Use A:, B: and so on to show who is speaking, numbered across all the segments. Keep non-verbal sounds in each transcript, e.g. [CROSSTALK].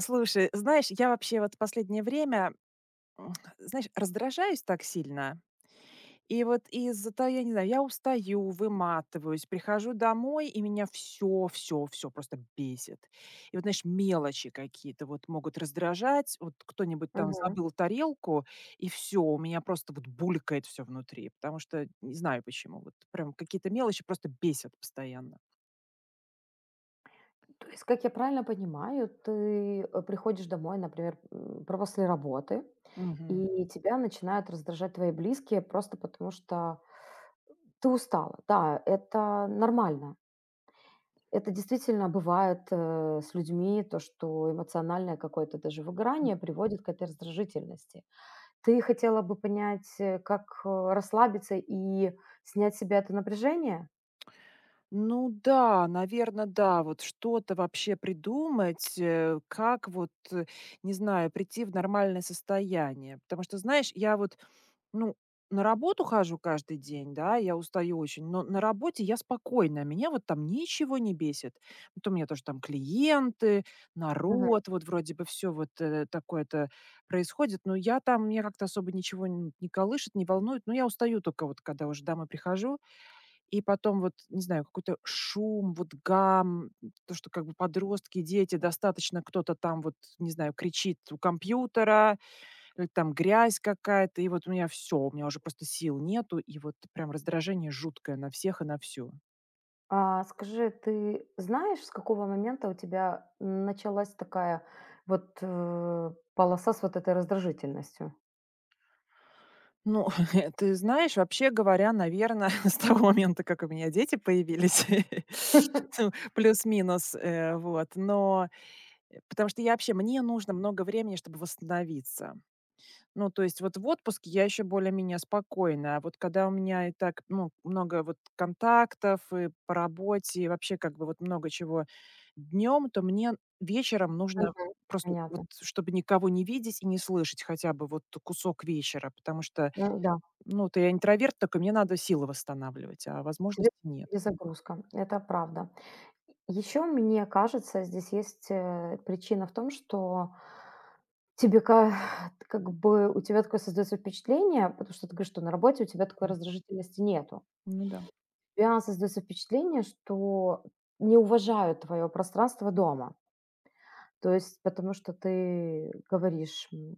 A: Слушай, знаешь, я вообще вот последнее время, м, знаешь, раздражаюсь так сильно. И вот из-за того, я не знаю, я устаю, выматываюсь, прихожу домой, и меня все, все, все просто бесит. И вот, знаешь, мелочи какие-то вот могут раздражать. Вот кто-нибудь там
B: Мгм.
A: забыл тарелку, и все, у меня просто вот булькает все внутри, потому что не знаю почему. Вот прям какие-то мелочи просто бесят постоянно.
B: То есть, как я правильно понимаю, ты, приходишь домой, например, м, про после работы, и тебя начинают раздражать твои близкие просто потому, что ты устала. Да, это нормально. Это действительно бывает, с людьми, то, что эмоциональное какое-то даже выгорание приводит к этой раздражительности. Ты хотела бы понять, как, расслабиться и снять с себя это напряжение?
A: Ну да, наверное, да. Вот что-то вообще придумать, как вот, не знаю, прийти в нормальное состояние. Потому что, знаешь, я вот, ну, на работу хожу каждый день, да, я устаю очень, но на работе я спокойная, меня вот там ничего не бесит. Ну, то у меня тоже там клиенты, народ, вот вроде бы все вот, такое-то происходит, но я там меня как-то особо ничего н не колышет, не волнует. Но я устаю только вот, когда уже домой прихожу. И потом вот, не знаю, какой-то шум, вот гам, то, что как бы подростки, дети, достаточно кто-то там вот, не знаю, кричит у компьютера, или там грязь какая-то, и вот у меня все, у меня уже просто сил нету, и вот прям раздражение жуткое на всех и на всю.
B: А скажи, ты знаешь, с какого момента у тебя началась такая полоса с вот этой раздражительностью?
A: Ну, [LAUGHS] ты знаешь, вообще говоря, наверное, [LAUGHS] с того момента, как у меня дети появились, [LAUGHS] ну, плюс-минус, вот, но потому что я вообще, мне нужно много времени, чтобы восстановиться. Ну, то есть вот в отпуске я еще более-менее спокойна, а вот когда у меня и так, ну, много вот контактов и по работе, и вообще как бы вот много чего днем, то мне вечером нужно
B: Мгм.
A: просто вот,
B: Понятно.
A: чтобы никого не видеть и не слышать хотя бы вот кусок вечера, потому что,
B: М, да,
A: ну, вот я интроверт, только мне надо силы восстанавливать, а
B: тебе
A: возможности нет.
B: перезагрузка, это правда. Еще, мне кажется, здесь есть, причина в том, что тебе ка [LAUGHS] [SIGHS] как бы у тебя такое создается впечатление, потому что ты говоришь, что на работе у тебя такой
A: М.
B: раздражительности нету.
A: Ну да.
B: У тебя создается впечатление, что не уважают твое пространство дома. То есть потому что ты говоришь, м,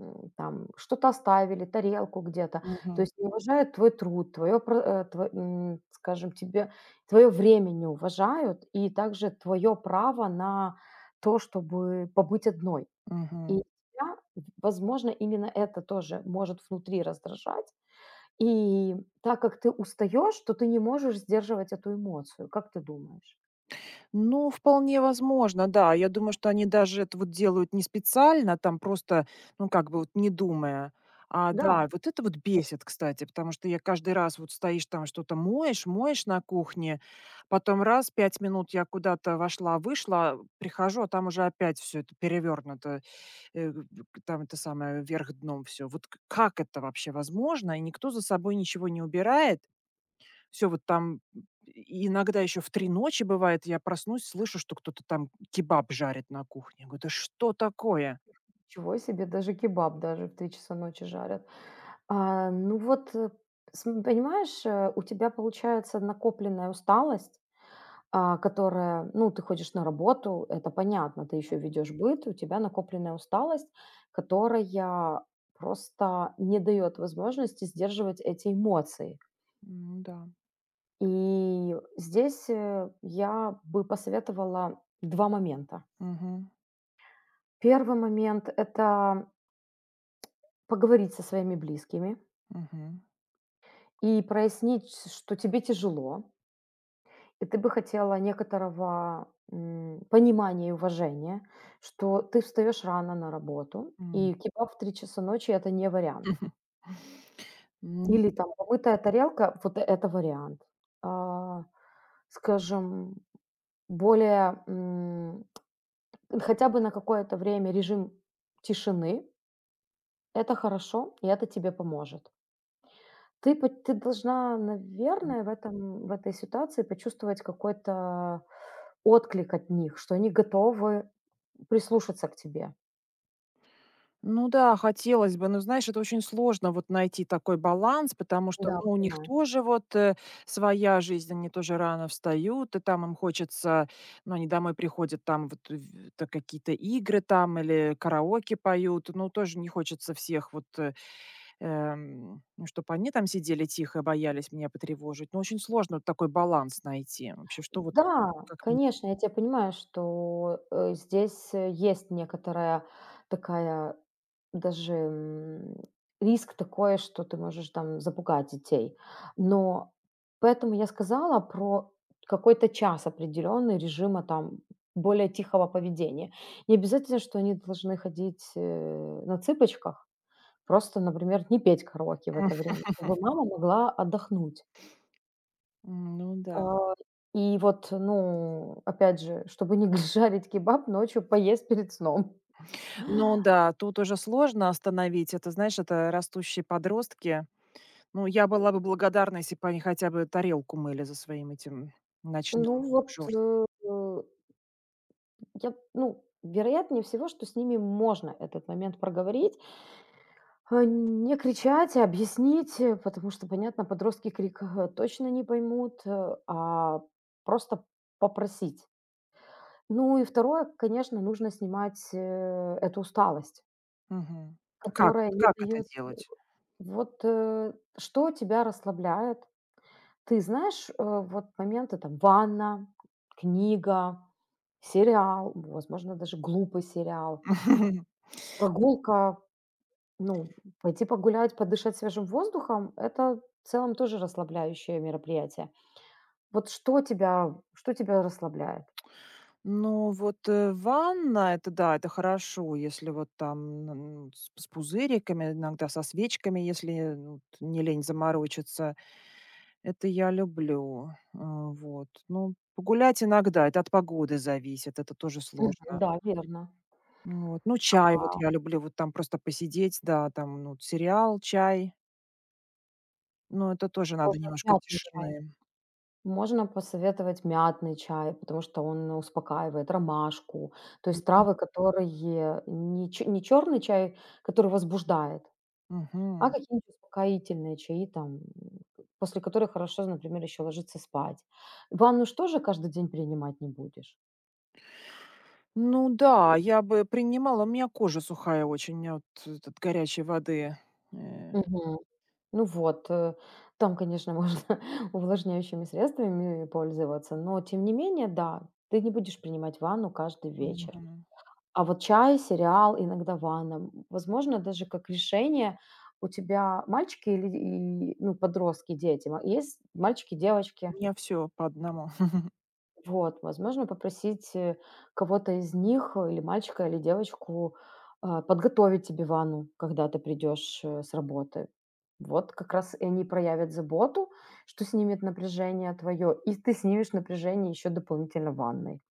B: м, там что-то оставили, тарелку где-то. То
A: Мгм.
B: есть не уважают твой труд, твое, скажем, тебе твое время не уважают, и также твое право на то, чтобы побыть одной. И
A: Мгм.
B: тебя, возможно, именно это тоже может внутри раздражать. И так как ты устаешь, то ты не можешь сдерживать эту эмоцию. Как ты думаешь?
A: Ну, вполне возможно, да. Я думаю, что они даже это вот делают не специально, там просто, ну, как бы вот не думая. А,
B: Да,
A: да, вот это вот бесит, кстати, потому что я каждый раз вот стоишь там что-то моешь, моешь на кухне, потом раз, 5 минут я куда-то вошла, вышла, прихожу, а там уже опять все это перевернуто, э, г там это самое, вверх дном все. Вот к как это вообще возможно? И никто за собой ничего не убирает. Все вот там и иногда еще в 3 ночи бывает, я проснусь, слышу, что кто-то там кебаб жарит на кухне. Я говорю: "Да что такое?"
B: ничего себе, даже кебаб даже в 3 часа ночи жарят. А, ну вот, э, см понимаешь, у тебя получается накопленная усталость, которая, ну, ты ходишь на работу, это понятно, ты еще ведешь быт, у тебя накопленная усталость, которая просто не дает возможности сдерживать эти эмоции.
A: Ну да.
B: И здесь, я бы посоветовала 2 момента.
A: Мгм.
B: Первый момент — это поговорить со своими близкими
A: Мгм.
B: и прояснить, что тебе тяжело, и ты бы хотела некоторого, понимания и уважения, что ты встаёшь рано на работу,
A: М.
B: и кебаб в 3 часа ночи — это не вариант.
A: [LAUGHS] Мгм.
B: Или там помытая тарелка — вот э — это вариант. А, скажем, более, хотя бы на какое-то время режим тишины — это хорошо, и это тебе поможет. Ты должна, наверное, в этой ситуации почувствовать какой-то отклик от них, что они готовы прислушаться к тебе.
A: Ну да, хотелось бы, но, знаешь, это очень сложно вот найти такой баланс, потому что,
B: Да,
A: ну, у них
B: понимаю.
A: тоже вот, своя жизнь, они тоже рано встают, и там им хочется, ну, они домой приходят, там вот в это какие-то игры там или караоке поют, ну, тоже не хочется всех вот, чтобы они там сидели тихо и боялись меня потревожить. Ну, очень сложно вот такой баланс найти. Вообще, что вот,
B: Да,
A: как мне
B: конечно, я тебя понимаю, что, здесь, есть некоторая такая даже, риск такой, что ты можешь там запугать детей. Но поэтому я сказала про какой-то час определенный режима там более тихого поведения. Не обязательно, что они должны ходить, на цыпочках. Просто, например, не петь караоке в это
A: [LAUGHS]
B: время, чтобы мама могла отдохнуть.
A: М, ну да.
B: А, и вот, ну, опять же, чтобы не [LAUGHS] жарить кебаб, ночью поесть перед сном.
A: Ну да, тут уже сложно остановить. Это, знаешь, это растущие подростки. Ну, я была бы благодарна, если бы они хотя бы тарелку мыли за своим этим
B: Ну
A: ночным
B: вот,
A: жорст
B: э, э, я, ну, вероятнее всего, что с ними можно этот момент проговорить. А, не кричать, а объяснить, потому что, понятно, подростки крик, точно не поймут, просто попросить. Ну и второе, конечно, нужно снимать, эту усталость,
A: Мгм. Ну как
B: которая
A: вот
B: не
A: как это
B: даёт.
A: делать?
B: Вот, э, что тебя расслабляет? Ты знаешь, вот моменты там ванна, книга, сериал, возможно, даже глупый сериал,
A: [LAUGHS]
B: прогулка, ну, пойти погулять, подышать свежим воздухом — это в целом тоже расслабляющее мероприятие. Вот что тебя расслабляет?
A: Ну вот, ванна — это да, это хорошо, если вот там, н с пузыриками, иногда со свечками, если вот не лень заморочиться. Это я люблю. А, вот. Ну, погулять иногда — это от погоды зависит, это тоже
B: Мгм.
A: сложно.
B: Да, верно.
A: Ну вот. Ну, чай вот
B: А,
A: я люблю, вот там просто посидеть, да, там, ну, сериал, чай. Но это тоже надо
B: тоже
A: немножко
B: мятный чай.
A: тишины.
B: Можно посоветовать мятный чай, потому что он успокаивает, ромашку, то есть
A: Мгм.
B: травы, которые не черный чай, который возбуждает. А
A: Мгм.
B: какие-нибудь успокоительные чаи там, после которых хорошо, например, еще ложиться спать. Ванну ж тоже каждый день принимать не будешь.
A: Ну да, я бы принимала, у меня кожа сухая очень, у меня вот от горячей воды. Э,
B: Мгм. Ну вот, там, конечно, можно [LAUGHS] увлажняющими средствами пользоваться, но тем не менее, да, ты не будешь принимать ванну каждый вечер.
A: мгм.
B: А вот чай, сериал, иногда ванна, возможно, даже как решение у тебя мальчики или, и, ну, подростки, дети, есть мальчики, девочки.
A: У меня все по одному. [LAUGHS]
B: Вот, возможно, попросить, кого-то из них, или мальчика, или девочку, подготовить тебе ванну, когда ты придешь, с работы. Вот как раз и они проявят заботу, что снимет напряжение твое, и ты снимешь напряжение еще дополнительно ванной.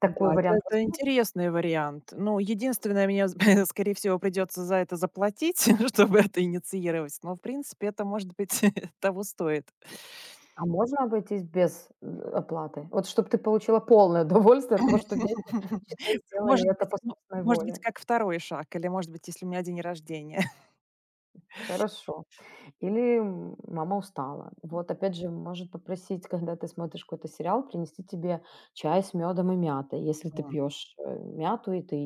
B: Такой
A: Да,
B: вариант
A: это
B: возможен?
A: интересный вариант. Ну, единственное, мне, [LAUGHS] скорее всего, придется за это заплатить, [LAUGHS] чтобы это инициировать, но, в принципе, это, может быть, [LAUGHS] того стоит.
B: А можно обойтись без, оплаты? Вот чтобы ты получила полное [LAUGHS] удовольствие от того, что дети, считай,
A: [LAUGHS] Может
B: сделали это
A: быть,
B: по
A: ну,
B: собственной
A: может быть,
B: воле.
A: как второй шаг или, может быть, если у меня день рождения. [LAUGHS]
B: Хорошо. Или мама устала. Вот опять же, может попросить, когда ты смотришь какой-то сериал, принести тебе чай с медом и мятой. Если ты
A: М.
B: пьешь мяту и ты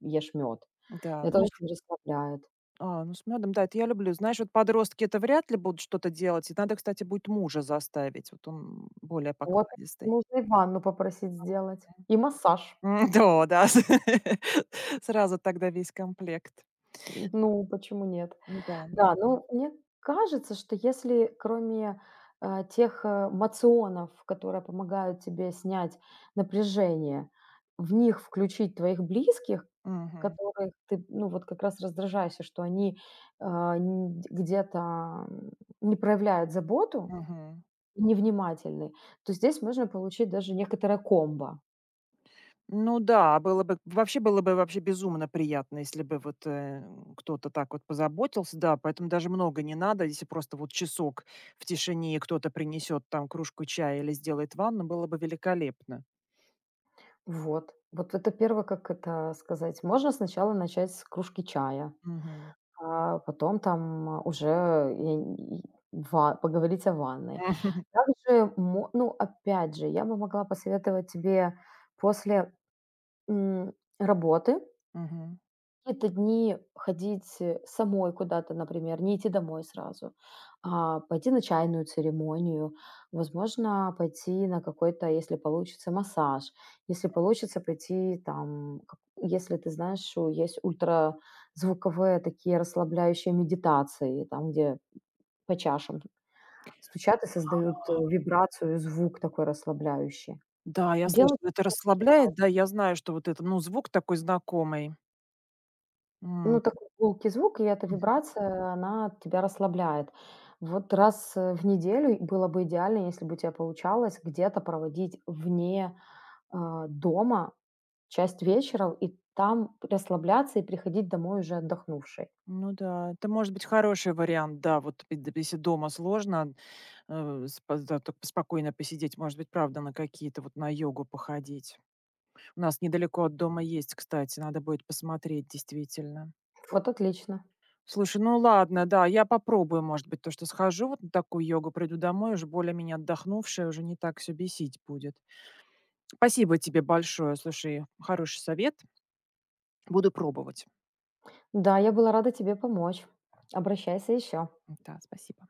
B: ешь мед.
A: Да,
B: Это
A: ну,
B: очень расслабляет.
A: ну, с мёдом, да, это я люблю. Знаешь, вот подростки — это вряд ли будут что-то делать. И надо, кстати, будет мужа заставить. Вот он более
B: Вот,
A: покладистый.
B: можно и ванну попросить сделать.
A: М.
B: И массаж.
A: Да, да, [LAUGHS] сразу тогда весь комплект.
B: Ну, почему нет?
A: Да,
B: Да, ну, мне кажется, что если кроме, тех, моционов, которые помогают тебе снять напряжение, в них включить твоих близких,
A: мгм,
B: которых ты, ну, вот как раз раздражаешься, что они, э, н где-то, м, не проявляют заботу,
A: мгм.
B: невнимательны, то здесь можно получить даже некоторое комбо.
A: Ну да, было бы вообще безумно приятно, если бы вот, кто-то так вот позаботился. Да, поэтому даже много не надо. Если просто вот часок в тишине и кто-то принесет там кружку чая или сделает ванну, было бы великолепно.
B: Вот. Вот это первое, как это сказать, можно сначала начать с кружки чая.
A: Мгм.
B: А потом там уже я н- и ва поговорить о ванной.
A: [LAUGHS]
B: Также мо ну, опять же, я бы могла посоветовать тебе после, м, работы
A: Мгм.
B: какие-то дни ходить, самой куда-то, например, не идти домой сразу, а пойти на чайную церемонию, возможно, пойти на какой-то, если получится, массаж, если получится пойти там, как если ты знаешь, что есть ультразвуковые такие расслабляющие медитации, там, где по чашам стучат и создают,
A: А.
B: вибрацию, звук такой расслабляющий.
A: Да, я
B: Делать.
A: слышала, это расслабляет. Да, я знаю, что вот это, ну, звук такой знакомый. М.
B: Ну, такой гулкий звук, и эта вибрация, она тебя расслабляет. Вот раз в неделю и было бы идеально, если бы у тебя получалось где-то проводить вне дома часть вечера и там расслабляться и приходить домой уже отдохнувшей.
A: Ну да, это может быть хороший вариант, да, вот если дома сложно, э, да, так спокойно посидеть, может быть, правда, на какие-то вот на йогу походить. У нас недалеко от дома есть, кстати, надо будет посмотреть действительно.
B: Вот отлично.
A: Слушай, ну ладно, да, я попробую, может быть, то, что схожу вот на такую йогу, приду домой, уже более-менее отдохнувшая, уже не так все бесить будет. Спасибо тебе большое, слушай, хороший совет, буду пробовать.
B: Да, я была рада тебе помочь. Обращайся еще.
A: Да, спасибо.